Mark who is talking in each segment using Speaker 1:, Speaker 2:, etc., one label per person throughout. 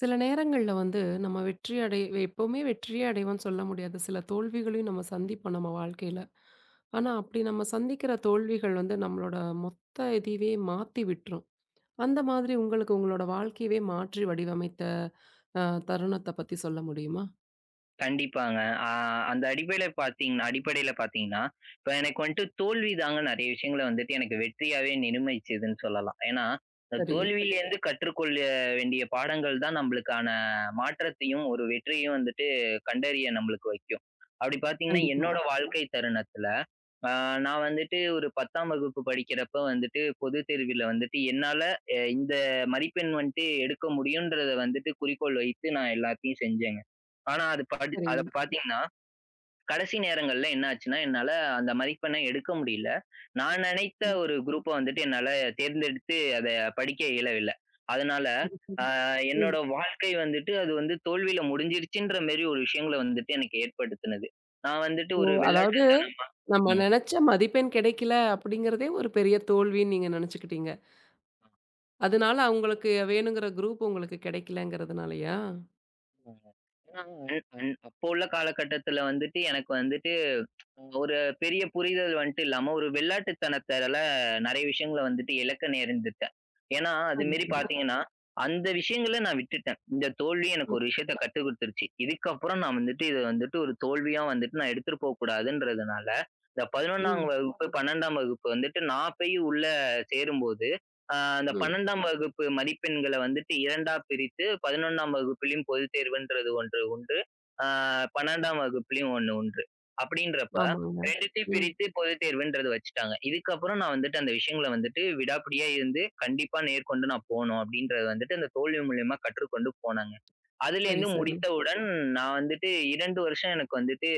Speaker 1: சில நேரங்கள்ல வந்து நம்ம வெற்றி அடை எப்பவுமே வெற்றியே அடைவோம்னு சொல்ல முடியாது. சில தோல்விகளையும் நம்ம சந்திப்போம் நம்ம வாழ்க்கையில. ஆனா, அப்படி நம்ம சந்திக்கிற தோல்விகள் வந்து நம்மளோட மொத்த இதையவே மாத்தி விட்டுரும். அந்த மாதிரி உங்களுக்கு உங்களோட வாழ்க்கையவே மாற்றி வடிவமைத்த அ தருணத்த பத்தி சொல்ல முடியுமா?
Speaker 2: கண்டிப்பாங்க. அ அந்த அடிப்படையில பார்த்தீங்கன்னா, இப்ப எனக்கு வந்துட்டு தோல்வி தாங்க நெறைய விஷயங்கள வந்துட்டு எனக்கு வெற்றியாவே நிர்ணயிச்சதுன்னு சொல்லலாம். ஏன்னா, இந்த
Speaker 1: சரி.
Speaker 2: தோல்வியிலேருந்து கற்றுக்கொள்ள வேண்டிய பாடங்கள் தான் நம்மளுக்கான மாற்றத்தையும், ஒரு வெற்றியையும் வந்துட்டு கண்டறிய நம்மளுக்கு வைக்கும். அப்படி பார்த்தீங்கன்னா,
Speaker 1: கண்டிப்பா.
Speaker 2: என்னோட வாழ்க்கை தருணத்தில ஆ, நான் வந்துட்டு ஒரு 10ஆம் வகுப்பு படிக்கிறப்ப வந்துட்டு பொதுத் தேர்வில வந்துட்டு என்னால இந்த மதிப்பெண் வந்துட்டு எடுக்க முடியும்ன்றத வந்துட்டு குறிக்கோள் வைத்து நான் எல்லாத்தையும் செஞ்சேங்க. ஆனா அது படி அத
Speaker 1: சரிங்க.
Speaker 2: பார்த்தீங்கன்னா, கடைசி நேரங்கள்ல என்ன ஆச்சுன்னா, என்னால அந்த மதிப்பெண்ண எடுக்க முடியல. நான் நினைத்த
Speaker 1: ம்.
Speaker 2: ஒரு குரூப்ப வந்துட்டு என்னால தேர்ந்தெடுத்து அத படிக்க இயலவில்ல. அதனால
Speaker 1: சரி, சரி.
Speaker 2: ஆ
Speaker 1: ம்.
Speaker 2: என்னோட வாழ்க்கை வந்துட்டு அது வந்து தோல்வியில முடிஞ்சிருச்சுன்ற மாரி ஒரு விஷயங்கள வந்துட்டு எனக்கு ஏற்படுத்துனது. நான் வந்துட்டு
Speaker 1: ஓ!
Speaker 2: ஒரு
Speaker 1: அதாவது
Speaker 2: வெள்ளாட்டுத்தனமா
Speaker 1: நம்ம
Speaker 2: ம்.
Speaker 1: நெனச்ச மதிப்பெண் கிடைக்கல அப்படிங்கிறதே ஒரு பெரிய தோல்வின்னு நீங்க நெனச்சுக்கிட்டீங்க. அதனால அவங்களுக்கு வேணுங்கிற குரூப் உங்களுக்கு கிடைக்கலங்கிறதுனாலயா?
Speaker 2: ஆமாங்க. ஏன்னா, அ அ- அப்போ உள்ள காலகட்டத்துல வந்துட்டு எனக்கு வந்துட்டு ஒரு பெரிய புரிதல் வந்துட்டு இல்லாம, ஒரு வெள்ளாட்டுத்தனத்தால நெறைய விஷயங்கள வந்துட்டு இழக்க நேர்ந்துட்டேன். ஏன்னா, அது
Speaker 1: சரி,
Speaker 2: மாரி ஓஹோ!
Speaker 1: சரி.
Speaker 2: பார்த்தீங்கன்னா, அந்த விஷயங்கள நான் விட்டுட்டேன். இந்த தோல்வி
Speaker 1: ம்,
Speaker 2: எனக்கு ஒரு விஷயத்த கத்துக் குடுத்துருச்சு. இதுக்கப்புறம் நான் வந்துட்டு இத வந்துட்டு ஒரு தோல்வியா வந்துட்டு நான் எடுத்துட்டு போகக்கூடாதுன்றதுனால, இந்த 11ஆம்
Speaker 1: ம்,
Speaker 2: வகுப்பு, ஓஹோ! 12ஆம் வகுப்பு வந்துட்டு நான் போய் உள்ள சேரும்போது, அ அந்த
Speaker 1: ம்.
Speaker 2: 12ஆம் வகுப்பு மதிப்பெண்கள வந்துட்டு 2ஆ பிரித்து 11ஆம் வகுப்பிலும் பொதுத் தேர்வுன்றது ஒன்று உண்டு. அ 12ஆம் வகுப்பிலும் ஒண்ணு உண்டு. அப்படின்றப்ப,
Speaker 1: ஆமாங்க.
Speaker 2: 2த்தையும்
Speaker 1: ம்.
Speaker 2: பிரித்து பொதுத் தேர்வுன்றது வச்சுட்டாங்க. இதுக்கப்புறம் நான் வந்துட்டு அந்த விஷயங்கள வந்துட்டு விடாப்பிடியா இருந்து கண்டிப்பா நேர்கொண்டு நான் போணும் அப்படின்றது வந்துட்டு அந்த தோல்வி மூலியமா கற்றுக்கொண்டு போனேங்க.
Speaker 1: சரி,
Speaker 2: அதிலேருந்து
Speaker 1: சரி.
Speaker 2: முடித்தவுடன் நான் வந்துட்டு 2 வருஷம் எனக்கு வந்துட்டு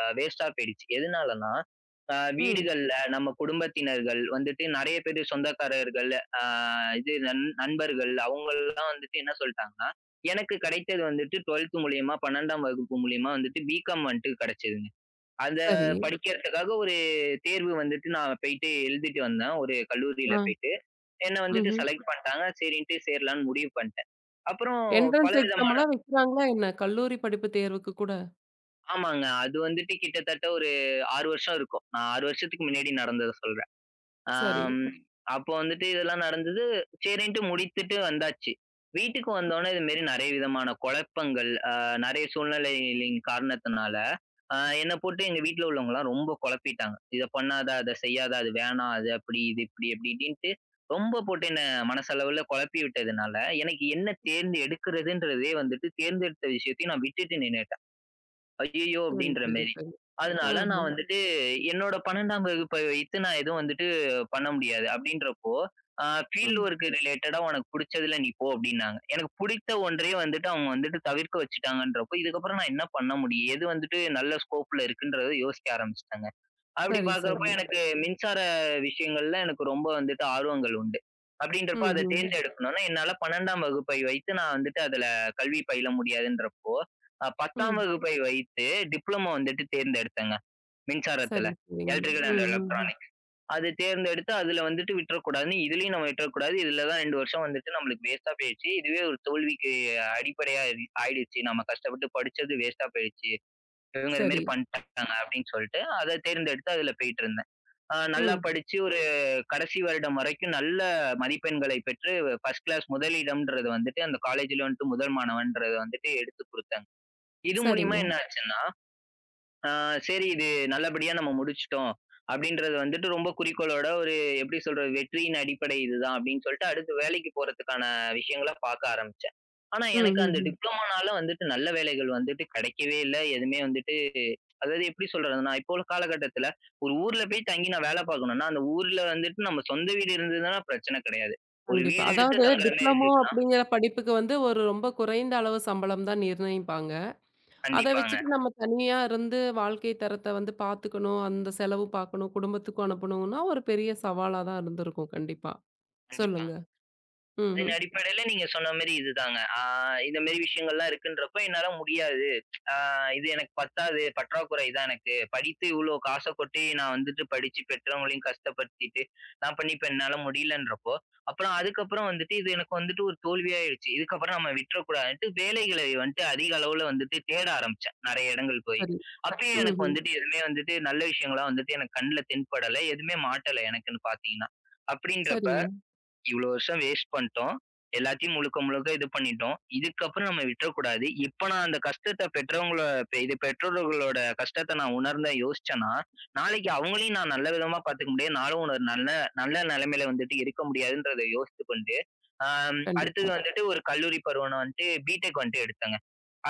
Speaker 2: வேஸ்ட்டா போயிடுச்சு. எதுனாலன்னா,
Speaker 1: ம்.
Speaker 2: வீடுகள்ல நம்ம குடும்பத்தினர்கள் வந்துட்டு நெறைய பேரு சொந்தக்காரர்கள், அ இது நண்பர்கள் அவங்கள்லாம் வந்துட்டு என்ன சொல்ட்டாங்கன்னா, எனக்கு கிடைத்தது வந்துட்டு 12த் மூலியமா, 12ஆம் வகுப்பு மூலியமா வந்துட்டு பிகாம் வந்துட்டு கிடைச்சதுங்க. அத
Speaker 1: சரி.
Speaker 2: படிக்கிறதுக்காக ஒரு தேர்வு வந்துட்டு நான் போயிட்டு எழுதிட்டு வந்தேன். ஒரு கல்லூரியில
Speaker 1: ஆ.
Speaker 2: போயிட்டு. என்ன வந்துட்டு
Speaker 1: ம்ஹ்ம்.
Speaker 2: செலக்ட் பண்ட்டாங்க. சரின்ட்டு சேரலான்னு முடிவு பண்ட்டேன். அப்புறம்
Speaker 1: என்ட்ரன்ஸ்
Speaker 2: பலவிதமான
Speaker 1: எக்ஸாம்லாம் வைக்கிறாங்களா என்ன? கல்லூரி படிப்பு தேர்வுக்கு கூட?
Speaker 2: ஆமாங்க. அது வந்துட்டு கிட்டத்தட்ட ஒரு 6 வருஷம் இருக்கும். நான் 6 வருஷத்துக்கு முன்னாடி நடந்தத சொல்றேன்.
Speaker 1: சரி.
Speaker 2: ஆம் அப்போ வந்துட்டு இதெல்லாம் நடந்தது. சரின்ட்டு முடித்துட்டு வந்தாச்சு. வீட்டுக்கு வந்தோனே இதுமாரி நெறைய விதமான குழப்பங்கள், நெறைய சூழ்நிலைகளின் காரணத்தினால ஆ என்ன போட்டு எங்க வீட்ல உள்ளவங்கலாம் ரொம்ப குழப்பிட்டாங்க. "இத பண்ணாத, அத செய்யாத, அது வேணாம், அது அப்படி, இது இப்படி" அப்படி இப்படின்ட்டு ரொம்ப போட்டு என்ன மனசளவுல குழப்பி விட்டதுனால, எனக்கு என்ன தேர்ந்து எடுக்கிறதுன்றதே வந்துட்டு தேர்ந்தெடுத்த விஷயத்தையும் நான் விட்டுட்டு நின்னுட்டேன். ஐய்யய்யோ!
Speaker 1: சரி,
Speaker 2: அப்படின்ற
Speaker 1: சரி,
Speaker 2: மேரி.
Speaker 1: சரி.
Speaker 2: அதனால
Speaker 1: ஆஹா.
Speaker 2: நான் வந்துட்டு என்னோட 12ஆம் வகுப்பை வைத்து நான் எதுவும் வந்துட்டு பண்ண முடியாது. அப்படின்றப்போ, ஃபீல்ட்
Speaker 1: ம்.
Speaker 2: வொர்க் ரிலேட்டடா உனக்கு புடிச்சதுல நீ போ அப்படின்னாங்க. எனக்கு புடித்த ஒன்றையே வந்துட்டு அவங்க வந்துட்டு தவிர்க்க வச்சுட்டாங்கன்றப்போ, இதுக்கப்புறம் நான் என்ன பண்ண முடியும்? எது வந்துட்டு நல்ல ஸ்கோப்ல இருக்குன்றத யோசிக்க ஆரம்பிச்சுட்டேங்க. அப்படி
Speaker 1: சரி,
Speaker 2: பார்க்கிறப்போ
Speaker 1: சரி.
Speaker 2: எனக்கு மின்சார விஷயங்கள்ல எனக்கு ரொம்ப வந்துட்டு ஆர்வங்கள் உண்டு.
Speaker 1: ம்,
Speaker 2: அப்படின்றப்ப அத
Speaker 1: ம், ம்.
Speaker 2: தேர்ந்தெடுக்கணும்னா, என்னால 12ஆம் வகுப்பை வைத்து நான் வந்துட்டு அதுல கல்வி பயில முடியாதுன்றப்போ, 10ஆம்
Speaker 1: ம்.
Speaker 2: வகுப்பை வைத்து டிப்ளமோ வந்துட்டு தேர்ந்தெடுத்தேங்க. மின்சாரத்துல.
Speaker 1: சரி, சரிங்க.
Speaker 2: எலக்ட்ரிக்கல் அண்ட்
Speaker 1: ம், ம், ம்.
Speaker 2: எலக்ட்ரானிக். அது தேர்ந்தெடுத்து அதுல வந்துட்டு விட்டுறக்கூடாதுன்னு இதுலயும் நம்ம விட்டுறக்கூடாது. இதுல தான் 2 வருஷம் வந்துட்டு நம்மளுக்கு வேஸ்ட்டா போயிருச்சு. இதுவே ஒரு தோல்விக்கு அடிப்படையா ஆயிடுச்சு. நம்ம கஷ்டப்பட்டு படிச்சது வேஸ்ட்டா போயிடுச்சு. இவங்க இது
Speaker 1: சரி.
Speaker 2: மாரி பண்ணிட்டாங்க அப்படின்னு சொல்லிட்டு அத தேர்ந்தெடுத்து அதுல போயிட்டுருந்தேன். நல்லா
Speaker 1: ம்.
Speaker 2: படிச்சு ஒரு கடைசி வருடம் வரைக்கும் நல்ல மதிப்பெண்களை பெற்று ஃபர்ஸ்ட் கிளாஸ் முதலிடம்ன்றது வந்துட்டு அந்த காலேஜ்ல வந்துட்டு முதல் மாணவன்ன்றத வந்துட்டு எடுத்துக் குடுத்தாங்க. இது மூலியமா
Speaker 1: சரிங்க.
Speaker 2: என்ன ஆச்சுன்னா, ஆ சரி இது நல்லபடியா நம்ம முடிச்சுட்டோம். அப்படின்றது வந்துட்டு ரொம்ப குறிக்கோளோட ஒரு எப்படி சொல்றது? வெற்றியின் அடிப்படை இதுதான் அப்படின்னு சொல்லிட்டு அடுத்து வேலைக்கு போறதுக்கான விஷயங்கள பாக்க ஆரம்பிச்சேன். ஆனா
Speaker 1: ம்,
Speaker 2: எனக்கு அந்த
Speaker 1: ம், ம்.
Speaker 2: டிப்ளோமானால வந்துட்டு நல்ல வேலைகள் வந்துட்டு கிடைக்கவே இல்ல. எதுவுமே வந்துட்டு அதாவது எப்படி சொல்றதுன்னா, இப்போ உள்ள காலகட்டத்துல ஒரு ஊர்ல போய் தங்கி நான் வேலை பாக்கணும்னா, அந்த ஊர்ல வந்துட்டு நம்ம சொந்த வீடு இருந்ததுன்னா பிரச்சனை கிடையாது. ஒரு
Speaker 1: கண்டிப்பா.
Speaker 2: வீடு எடுத்து
Speaker 1: அதாவது
Speaker 2: தங்குற மாரி
Speaker 1: டிப்ளமோ
Speaker 2: இருந்துச்சுன்னா
Speaker 1: அப்படிங்கிற படிப்புக்கு வந்து ஒரு ரொம்ப குறைந்த அளவு சம்பளம் தான் நிர்ணயிப்பாங்க. அத
Speaker 2: கண்டிப்பாங்க.
Speaker 1: வச்சுட்டு நம்ம தனியா இருந்து வாழ்க்கை தரத்தை வந்து பார்த்துக்கணும், அந்த செலவு பார்க்கணும், குடும்பத்துக்கும் அனுப்பணும்னா ஒரு பெரிய சவாலா தான் இருந்திருக்கும் கண்டிப்பா.
Speaker 2: கண்டிப்பா.
Speaker 1: சொல்லுங்க.
Speaker 2: அதன்
Speaker 1: ம்ஹ்ம்.
Speaker 2: அடிப்படையில நீங்க சொன்ன மாரி இதுதாங்க. இந்த மாரி விஷயங்கள்லாம் இருக்குன்றப்போ, என்னால முடியாது. ஆ இது எனக்கு பத்தாது, பற்றாக்குறை தான் எனக்கு. படித்து இவ்ளோ காச கொட்டி நான் வந்துட்டு படிச்சு பெற்றவங்களையும் கஷ்டப்படுத்திட்டு, நான் பண்ணி இப்ப என்னால முடியலன்றப்போ, அப்புறம் அதுக்கப்புறம் வந்துட்டு இது எனக்கு வந்துட்டு ஒரு தோல்வியாயிடுச்சு. இதுக்கப்புறம் நம்ம விட்டுறக்கூடாதுன்ட்டு வேலைகளை வந்துட்டு அதிக அளவுல வந்துட்டு தேட ஆரம்பிச்சேன். நெறைய இடங்கள் போய்.
Speaker 1: சரி.
Speaker 2: அப்பயும் எனக்கு
Speaker 1: ம்ஹ்ம்.
Speaker 2: வந்துட்டு எதுவுமே வந்துட்டு நல்ல விஷயங்களா வந்துட்டு எனக்கு கண்ல தென்படல. எதுவுமே மாட்டல எனக்குன்னு பார்த்தீங்கன்னா. அப்படின்றப்ப
Speaker 1: சரிங்க.
Speaker 2: இவ்வளோ வருஷம் வேஸ்ட் பண்ணிட்டோம். எல்லாத்தையும் முழுக்க, முழுக்க இது பண்ணிட்டோம். இதுக்கப்புறம் நம்ம விட்டுறக்கூடாது. இப்ப நான் அந்த கஷ்டத்த பெற்றவங்கள இது பெற்றோர்களோட கஷ்டத்த நான் உணர்ந்தேன், யோசிச்சேன்னா, நாளைக்கு அவங்களையும் நான் நல்ல விதமா பார்த்துக்க முடியாது. நானும் ஒரு நல்ல நல்ல நிலைமையில வந்துட்டு இருக்க முடியாதுன்றத யோசித்து கொண்டு, அடுத்தது
Speaker 1: கண்டிப்பா.
Speaker 2: வந்துட்டு ஒரு கல்லூரி பருவம் நான் வந்துட்டு பிடெக் வந்துட்டு எடுத்தேங்க.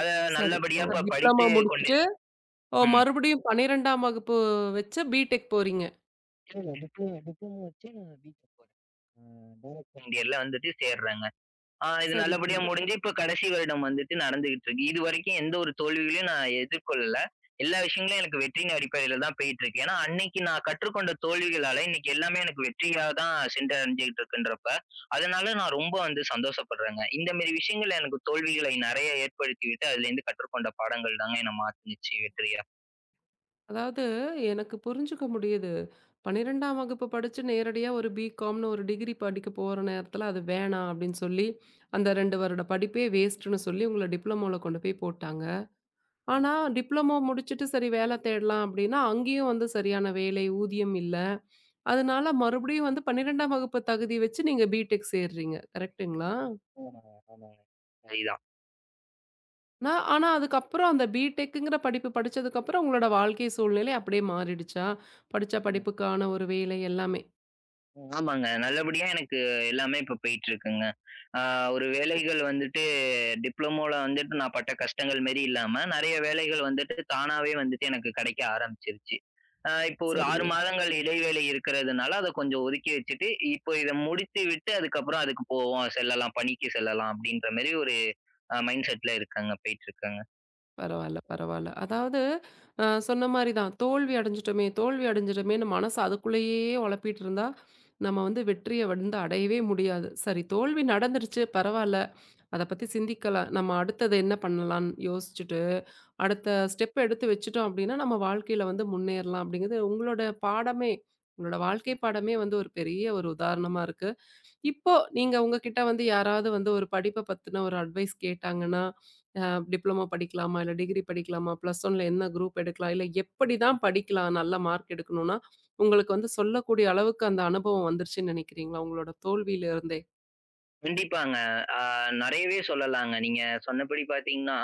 Speaker 2: அத
Speaker 1: சரி. ஓ!
Speaker 2: நல்லபடியா இப்ப சார்
Speaker 1: டிப்ளமோ
Speaker 2: படித்து கொண்டு
Speaker 1: முடிச்சுட்டு, ஓ
Speaker 2: ம்.
Speaker 1: மறுபடியும் 12ஆம் வகுப்பு வச்சு பிடெக் போறீங்க.
Speaker 2: இல்ல டிப்ளமோ டிப்ளமோ வச்சு நான் பிடெக் போறேன். ஆ டைரக்ட் செகண்ட் இயர்ல வந்துட்டு சேர்றேங்க. இது
Speaker 1: சரி,
Speaker 2: நல்லபடியா
Speaker 1: சரி.
Speaker 2: முடிஞ்சு, இப்ப கடைசி வருடம் வந்துட்டு நடந்துகிட்டு இருக்கு. இதுவரைக்கும் எந்த ஒரு தோல்விகளையும் நான் எதிர்கொள்ளல. எல்லா விஷயங்களும் எனக்கு வெற்றியின் அடிப்படையில தான் போயிட்டு இருக்கு. ஏன்னா, அன்னைக்கு நான் கற்றுக்கொண்ட தோல்விகளால இன்னைக்கு எல்லாமே எனக்கு வெற்றியா தான் சென்றடைஞ்சுகிட்டு இருக்குன்றப்ப, அதனால நான் ரொம்ப வந்து சந்தோஷப்படுறேங்க. இந்த மாரி விஷயங்கள் எனக்கு தோல்விகளை நெறைய ஏற்படுத்திவிட்டு, அதுலேருந்து கற்றுக்கொண்ட பாடங்கள் தாங்க என்ன மாத்துனுச்சு வெற்றியா.
Speaker 1: அதாவது எனக்கு புரிஞ்சுக்க முடியுது. 12ஆம் வகுப்பு படிச்சு நேரடியா ஒரு பிகாம்னு ஒரு டிகிரி படிக்க போற நேரத்துல அது வேணாம் அப்படின்னு சொல்லி, அந்த 2 வருட படிப்பே வேஸ்ட்டுன்னு சொல்லி உங்கள டிப்ளமோல கொண்டு போய் போட்டாங்க.
Speaker 2: ஆமாங்க,
Speaker 1: ஆனா, டிப்ளமோ முடிச்சுட்டு சரி வேல தேடலாம் அப்படின்னா, அங்கேயும் வந்து சரியான வேலை, ஊதியம் இல்ல. அதனால மறுபடியும் வந்து 12ஆம் வகுப்பு தகுதி வச்சு நீங்க பிடெக் சேர்றீங்க. கரெக்ட்டுங்களா?
Speaker 2: ஆமாங்க, ஆமாங்க. சரிதான்.
Speaker 1: நான் ஆனா அதுக்கப்புறம் அந்த பிடெக்குங்கிற படிப்பு படிச்சதுக்கப்புறம் உங்களோட வாழ்க்கை சூழ்நிலை அப்படியே மாறிடுச்சா? படிச்ச படிப்புக்கான ஒரு வேலை எல்லாமே.
Speaker 2: ஆமாங்க. நல்லபடியா எனக்கு எல்லாமே இப்ப போயிட்டுருக்குங்க. ஆ ஒரு வேலைகள் வந்துட்டு டிப்ளமோல வந்துட்டு நான் பட்ட கஷ்டங்கள் மாரி இல்லாம, நெறைய வேலைகள் வந்துட்டு தானாவே வந்துட்டு எனக்கு கிடைக்க ஆரம்பிச்சுருச்சு. இப்போ ஒரு 6
Speaker 1: சரிங்க.
Speaker 2: மாதங்கள் இடைவேளை இருக்கிறதுனால, அத கொஞ்சம் ஒதுக்கி வச்சுட்டு, இப்போ இத முடித்து விட்டு அதுக்கப்புறம் அதுக்கு போவோம். செல்லலாம். பணிக்கு செல்லலாம் அப்படின்ற மாரி ஒரு மைண்ட் செட்ல இருக்கேங்க. போயிட்டுருக்கேங்க.
Speaker 1: பரவால்ல, பரவால்ல. அதாவது சொன்ன மாரி தான் தோல்வி அடைஞ்சுட்டோமே, தோல்வி அடைஞ்சுட்டோமேன்னு மனசு அதுக்குள்ளேயே ஒழப்பிட்டு இருந்தா, நம்ம வந்து வெற்றிய வந்து அடையவே முடியாது. சரி தோல்வி நடந்துருச்சு பரவால்ல. அத பத்தி சிந்திக்கல. நம்ம அடுத்தது என்ன பண்ணலான்னு யோசிச்சுட்டு, அடுத்த ஸ்டெப் எடுத்து வச்சுட்டோம் அப்படின்னா, நம்ம வாழ்க்கையில வந்து முன்னேறலாம் அப்படிங்கிறது உங்களோட பாடமே, உங்களோட வாழ்க்கை பாடமே வந்து ஒரு பெரிய ஒரு உதாரணமா இருக்கு. இப்போ நீங்க உங்ககிட்ட வந்து யாராவது வந்து ஒரு படிப்ப பத்தின ஒரு அட்வைஸ் கேட்டாங்கன்னா, அ டிப்ளமோ படிக்கலாமா? இல்ல டிகிரி படிக்கலாமா? பிளஸ் ஒன்ல என்ன குரூப் எடுக்கலாம்? இல்ல எப்படி தான் படிக்கலாம்? நல்ல மார்க் எடுக்கணும்னா, உங்களுக்கு வந்து சொல்லக்கூடிய அளவுக்கு அந்த அனுபவம் வந்துருச்சுன்னு நினைக்கிறீங்களா? உங்களோட தோல்வியில இருந்தே.
Speaker 2: கண்டிப்பாங்க. ஆ நெறையவே சொல்லலாங்க. நீங்க சொன்னபடி பார்த்தீங்கன்னா,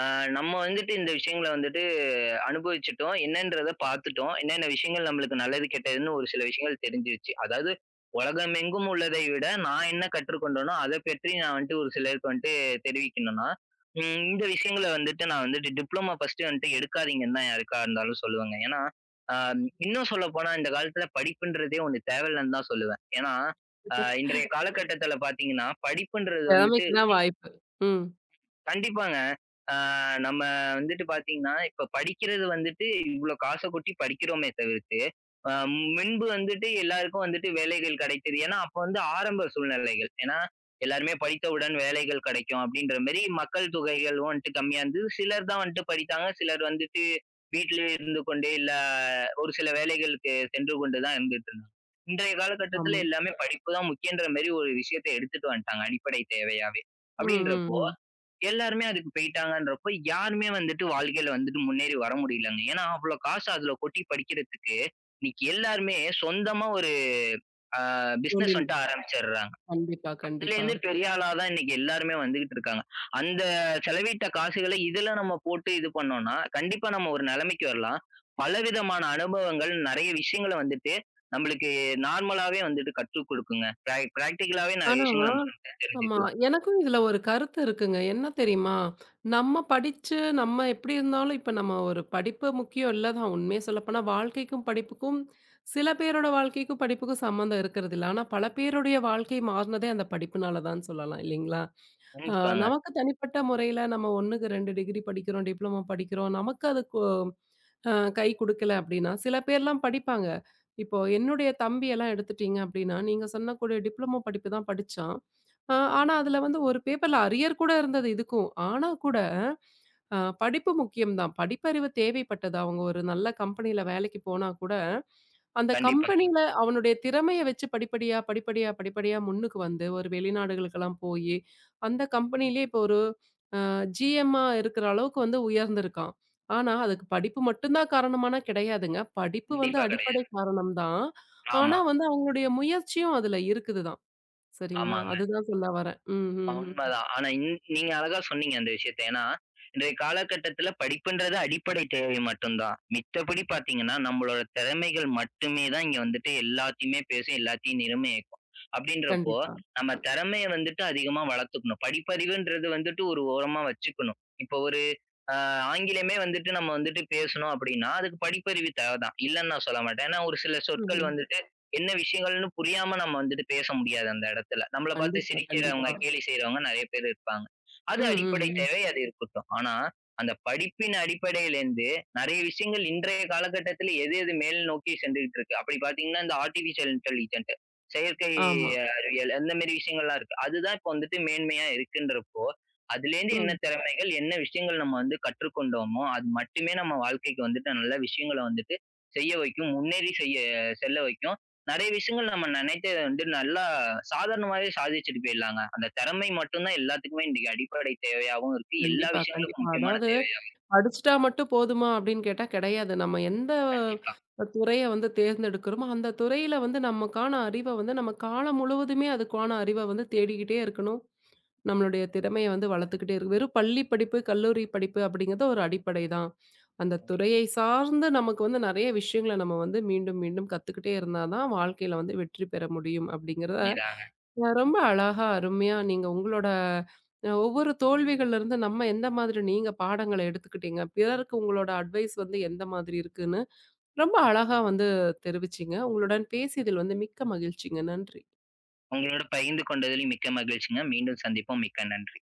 Speaker 2: ஆ நம்ம வந்துட்டு இந்த விஷயங்கள வந்துட்டு அனுபவிச்சுட்டோம். என்னன்றத பார்த்துட்டோம். என்னென்ன விஷயங்கள் நம்மளுக்கு நல்லது, கெட்டதுன்னு ஒரு சில விஷயங்கள் தெரிஞ்சிருச்சு. அதாவது உலகமெங்கும் உள்ளதை விட நான் என்ன கற்றுக்கொண்டேனோ, அத பற்றி நான் வந்துட்டு ஒரு சிலருக்கு வந்துட்டு தெரிவிக்கணும்னா, இந்த விஷயங்கள வந்துட்டு நான் வந்துட்டு டிப்ளோமா ஃபர்ஸ்ட்டு வந்துட்டு எடுக்காதீங்கன்னு தான் யாருக்கா இருந்தாலும் சொல்லுவேங்க. ஏன்னா, அ இன்னும் சொல்லப்போனா இந்த காலத்துல படிப்புன்றதே ஒண்ணு தேவையில்லன்னு தான் சொல்லுவேன். ஏன்னா, அ இன்றைய காலகட்டத்துல பார்த்தீங்கன்னா, படிப்புன்றது வந்துட்டு
Speaker 1: திறமைக்கு தான் வாய்ப்பு. ம்.
Speaker 2: கண்டிப்பாங்க. ஆ நம்ம வந்துட்டு பார்த்தீங்கன்னா, இப்ப படிக்கிறது வந்துட்டு இவ்ளோ காச கொட்டி படிக்கிறோமே தவிர்த்து, அ முன்பு வந்துட்டு எல்லாருக்கும் வந்துட்டு வேலைகள் கிடைத்தது. ஏன்னா, அப்ப வந்து ஆரம்ப சூழ்நிலைகள். ஏன்னா, எல்லாருமே படித்தவுடன் வேலைகள் கிடைக்கும் அப்படின்ற மாரி மக்கள் தொகைகளும் வந்துட்டு கம்மியா இருந்தது. சிலர் தான் வந்துட்டு படித்தாங்க. சிலர் வந்துட்டு வீட்டிலேயே இருந்து கொண்டே இல்ல ஒரு சில வேலைகளுக்கு சென்று கொண்டு தான் இருந்துட்டு இருந்தாங்க. இன்றைய காலகட்டத்தில
Speaker 1: ஆமா.
Speaker 2: எல்லாமே படிப்பு தான் முக்கியன்ற மாரி ஒரு விஷயத்த எடுத்துட்டு வந்துட்டாங்க அடிப்படை தேவையாவே.
Speaker 1: ம், ம்,
Speaker 2: அப்படின்றப்போ
Speaker 1: ம்.
Speaker 2: எல்லாருமே அதுக்கு போயிட்டாங்கன்றப்போ, யாருமே வந்துட்டு வாழ்க்கையில வந்துட்டு முன்னேறி வர முடியலங்க. ஏன்னா, அவ்ளோ காசு அதுல கொட்டி படிக்கிறதுக்கு, இன்னைக்கு எல்லாருமே சொந்தமா ஒரு அ பிசினஸ்
Speaker 1: தொழில்.
Speaker 2: வந்துட்டு ஆரம்பிச்சர்றாங்க.
Speaker 1: கண்டிப்பா, கண்டிப்பா.
Speaker 2: அதுலேருந்து பெரிய ஆளா தான் இன்னைக்கு எல்லாருமே வந்துகிட்டு இருக்காங்க. அந்த செலவிட்ட காசுகள இதுல நம்ம போட்டு இது பண்ணோம்னா, கண்டிப்பா நம்ம ஒரு நிலைமைக்கு வரலாம். பலவிதமான அனுபவங்கள், நெறைய விஷயங்கள வந்துட்டு நம்மளுக்கு நார்மலாவே வந்துட்டு கற்றுக் குடுக்குங்க. பிராக்டிகலாவே நெறைய
Speaker 1: ஆனா
Speaker 2: விஷயங்கள் நம்ம
Speaker 1: ஆமா.
Speaker 2: தெரிஞ்சுக்கலாம்.
Speaker 1: எனக்கும் இதுல ஒரு கருத்து இருக்குங்க. என்ன தெரியுமா? நம்ம படிச்சு நம்ம எப்படி இருந்தாலும் இப்ப நம்ம ஒரு படிப்பு முக்கியம் இல்ல தான். உண்மைய சொல்லப்போனா வாழ்க்கைக்கும், படிப்புக்கும் சில பேரோட வாழ்க்கைக்கும், படிப்புக்கும் சம்மந்தம் இருக்கிறதில்ல. ஆனா பல பேருடைய வாழ்க்கை மாறுனதே அந்த படிப்புனால தான் சொல்லலாம் இல்லைங்களா? ஆ
Speaker 2: கண்டிப்பாங்க.
Speaker 1: நமக்கு தனிப்பட்ட முறையில நம்ம 1க்கு 2 டிகிரி படிக்கிறோம், டிப்ளமோ படிக்கிறோம். நமக்கு அதுக்கு அ கை குடுக்கல அப்படின்னா, சில பேர்லாம் படிப்பாங்க. இப்போ என்னுடைய தம்பியெல்லாம் எடுத்துட்டீங்க அப்படின்னா, நீங்க சொன்னக்கூடிய டிப்ளமோ படிப்பு தான் படிச்சான். ஆனா அதுல வந்து ஒரு பேப்பர்ல அரியர் கூட இருந்தது இதுக்கும். ஆனா கூட படிப்பு முக்கியம் தான். படிப்பறிவு தேவைப்பட்டது. அவங்க ஒரு நல்ல கம்பெனியில வேலைக்கு போனா கூட, அந்த
Speaker 2: கண்டிப்பா.
Speaker 1: கம்பெனியில அவனுடைய திறமைய வச்சு படிப்படியா, படிப்படியா, படிப்படியா முன்னுக்கு வந்து ஒரு வெளிநாடுகளுக்கெல்லாம் போயி, அந்த கம்பெனியிலேயே இப்போ ஒரு ஜிஎம்மா இருக்கிற அளவுக்கு வந்து உயர்ந்திருக்கான். ஆனா, அதுக்கு படிப்பு மட்டும் தான் காரணமானா கிடையாதுங்க. படிப்பு வந்து
Speaker 2: கண்டிப்பா
Speaker 1: அடிப்படை
Speaker 2: கெடையாது.
Speaker 1: காரணம் தான். ஆனா
Speaker 2: ஆமா.
Speaker 1: வந்து அவங்களுடைய முயற்சியும் அதுல இருக்குது தான். சரிங்களா?
Speaker 2: ஆமாங்க.
Speaker 1: அதுதான் சொல்ல வரேன். ம், ம், ம்.
Speaker 2: உண்மதான். ஆனா நீங்க அழகா சொன்னீங்க அந்த விஷயத்த. ஏன்னா, இன்றைய காலகட்டத்தில படிப்புன்றது அடிப்படை தேவை மட்டும் தான். மித்தபடி பார்த்தீங்கன்னா, நம்மளோட திறமைகள் மட்டுமே தான் இங்க வந்துட்டு எல்லாத்தையுமே பேசும், எல்லாத்தையும் நிறுமையாக்கும். அப்படின்றப்போ,
Speaker 1: கண்டிப்பா.
Speaker 2: நம்ம திறமைய வந்துட்டு அதிகமா வளர்த்துக்கணும். படிப்பறிவுன்றது வந்துட்டு ஒரு ஓரமா வச்சுக்கணும். இப்போ ஒரு அ ஆங்கிலமே வந்துட்டு நம்ம வந்துட்டு பேசணும் அப்படின்னா, அதுக்கு படிப்பறிவு தேவ தான். இல்லன்னு நான் சொல்ல மாட்டேன். ஏன்னா, ஒரு சில
Speaker 1: ம்.
Speaker 2: சொற்கள்
Speaker 1: ம்.
Speaker 2: வந்து என்ன விஷயங்கள்னு புரியாம நம்ம வந்துட்டு பேச முடியாது அந்த இடத்துல. நம்மள பார்த்து
Speaker 1: கண்டிப்பா,
Speaker 2: சிரிக்கிறவங்க,
Speaker 1: கண்டிப்பா.
Speaker 2: கண்டிப்பா. கேலி செய்றவங்க நெறைய பேர் இருப்பாங்க.
Speaker 1: ம்,
Speaker 2: அது
Speaker 1: ம்,
Speaker 2: அடிப்படை
Speaker 1: ம்.
Speaker 2: தேவை. அது இருக்கட்டும். ஆனா, அந்த படிப்பின் அடிப்படையிலேருந்து நெறைய விஷயங்கள் இன்றைய காலகட்டத்தில எது எது மேல் நோக்கி சென்றுகிட்டு இருக்கு. அப்படி பார்த்தீங்கன்னா, இந்த ஆர்டிபிஷியல் இன்டெலிஜென்ட் செயற்கை
Speaker 1: ஆமா.
Speaker 2: அறிவியல் அந்த மாரி விஷயங்கள்லாம் இருக்கு. அதுதான் இப்ப வந்துட்டு மேன்மையா இருக்குன்றப்போ, அதுலேருந்து என்ன
Speaker 1: ம்.
Speaker 2: திறமைகள், என்ன விஷயங்கள் நம்ம வந்து கற்றுக்கொண்டோமோ, அது மட்டுமே நம்ம வாழ்க்கைக்கு வந்துட்டு நல்ல விஷயங்கள வந்துட்டு செய்ய வைக்கும். முன்னேறி செல்ல வைக்கும். நெறைய விஷயங்கள் நம்ம நினைச்சத வந்து நல்லா சாதாரணமாவே சாதிச்சுட்டு போயிடலாங்க. அந்த திறமை மட்டும் தான் எல்லாத்துக்குமே இன்னைக்கு அடிப்படை தேவையாவும் இருக்கு. எல்லா
Speaker 1: கண்டிப்பா,
Speaker 2: விஷயங்களுக்கும்
Speaker 1: கண்டிப்பா.
Speaker 2: முக்கியமான
Speaker 1: அதாவது
Speaker 2: தேவை.
Speaker 1: படிச்சுட்டா மட்டும் போதுமா அப்படின்னு கேட்டா கிடையாது. நம்ம எந்த
Speaker 2: கண்டிப்பா.
Speaker 1: துறைய வந்து தேர்ந்தெடுக்கிறோமோ, அந்த துறையில வந்து நமக்கான அறிவ வந்து நம்ம காலம் முழுவதுமே அதுக்கான அறிவ வந்து தேடிக்கிட்டே இருக்கணும். நம்மளுடைய திறமைய வந்து வளர்த்துக்கிட்டே இருக்கு. வெறும் பள்ளி படிப்பு, கல்லூரி படிப்பு அப்படிங்கிறது ஒரு அடிப்படை தான். அந்த துறையை சார்ந்து நமக்கு வந்து நெறைய விஷயங்கள நம்ம வந்து மீண்டும், மீண்டும் கத்துக்கிட்டே இருந்தா தான் வாழ்க்கையில வந்து வெற்றி பெற முடியும் அப்படிங்கிறத,
Speaker 2: உண்மைதாங்க.
Speaker 1: ரொம்ப அழகா, அருமையா நீங்க உங்களோட ஒவ்வொரு தோல்விகள்லருந்து நம்ம எந்த மாதிரி நீங்க பாடங்கள எடுத்துக்கிட்டீங்க? பிறருக்கு உங்களோட அட்வைஸ் வந்து எந்த மாதிரி இருக்குன்னு, ரொம்ப அழகா வந்து தெரிவிச்சீங்க. உங்களுடன் பேசியதில் வந்து மிக்க மகிழ்ச்சிங்க. நன்றி.
Speaker 2: உங்களோட பகிர்ந்து கொண்டதிலும் மிக்க மகிழ்ச்சிங்க. மீண்டும் சந்திப்போம். மிக்க நன்றி.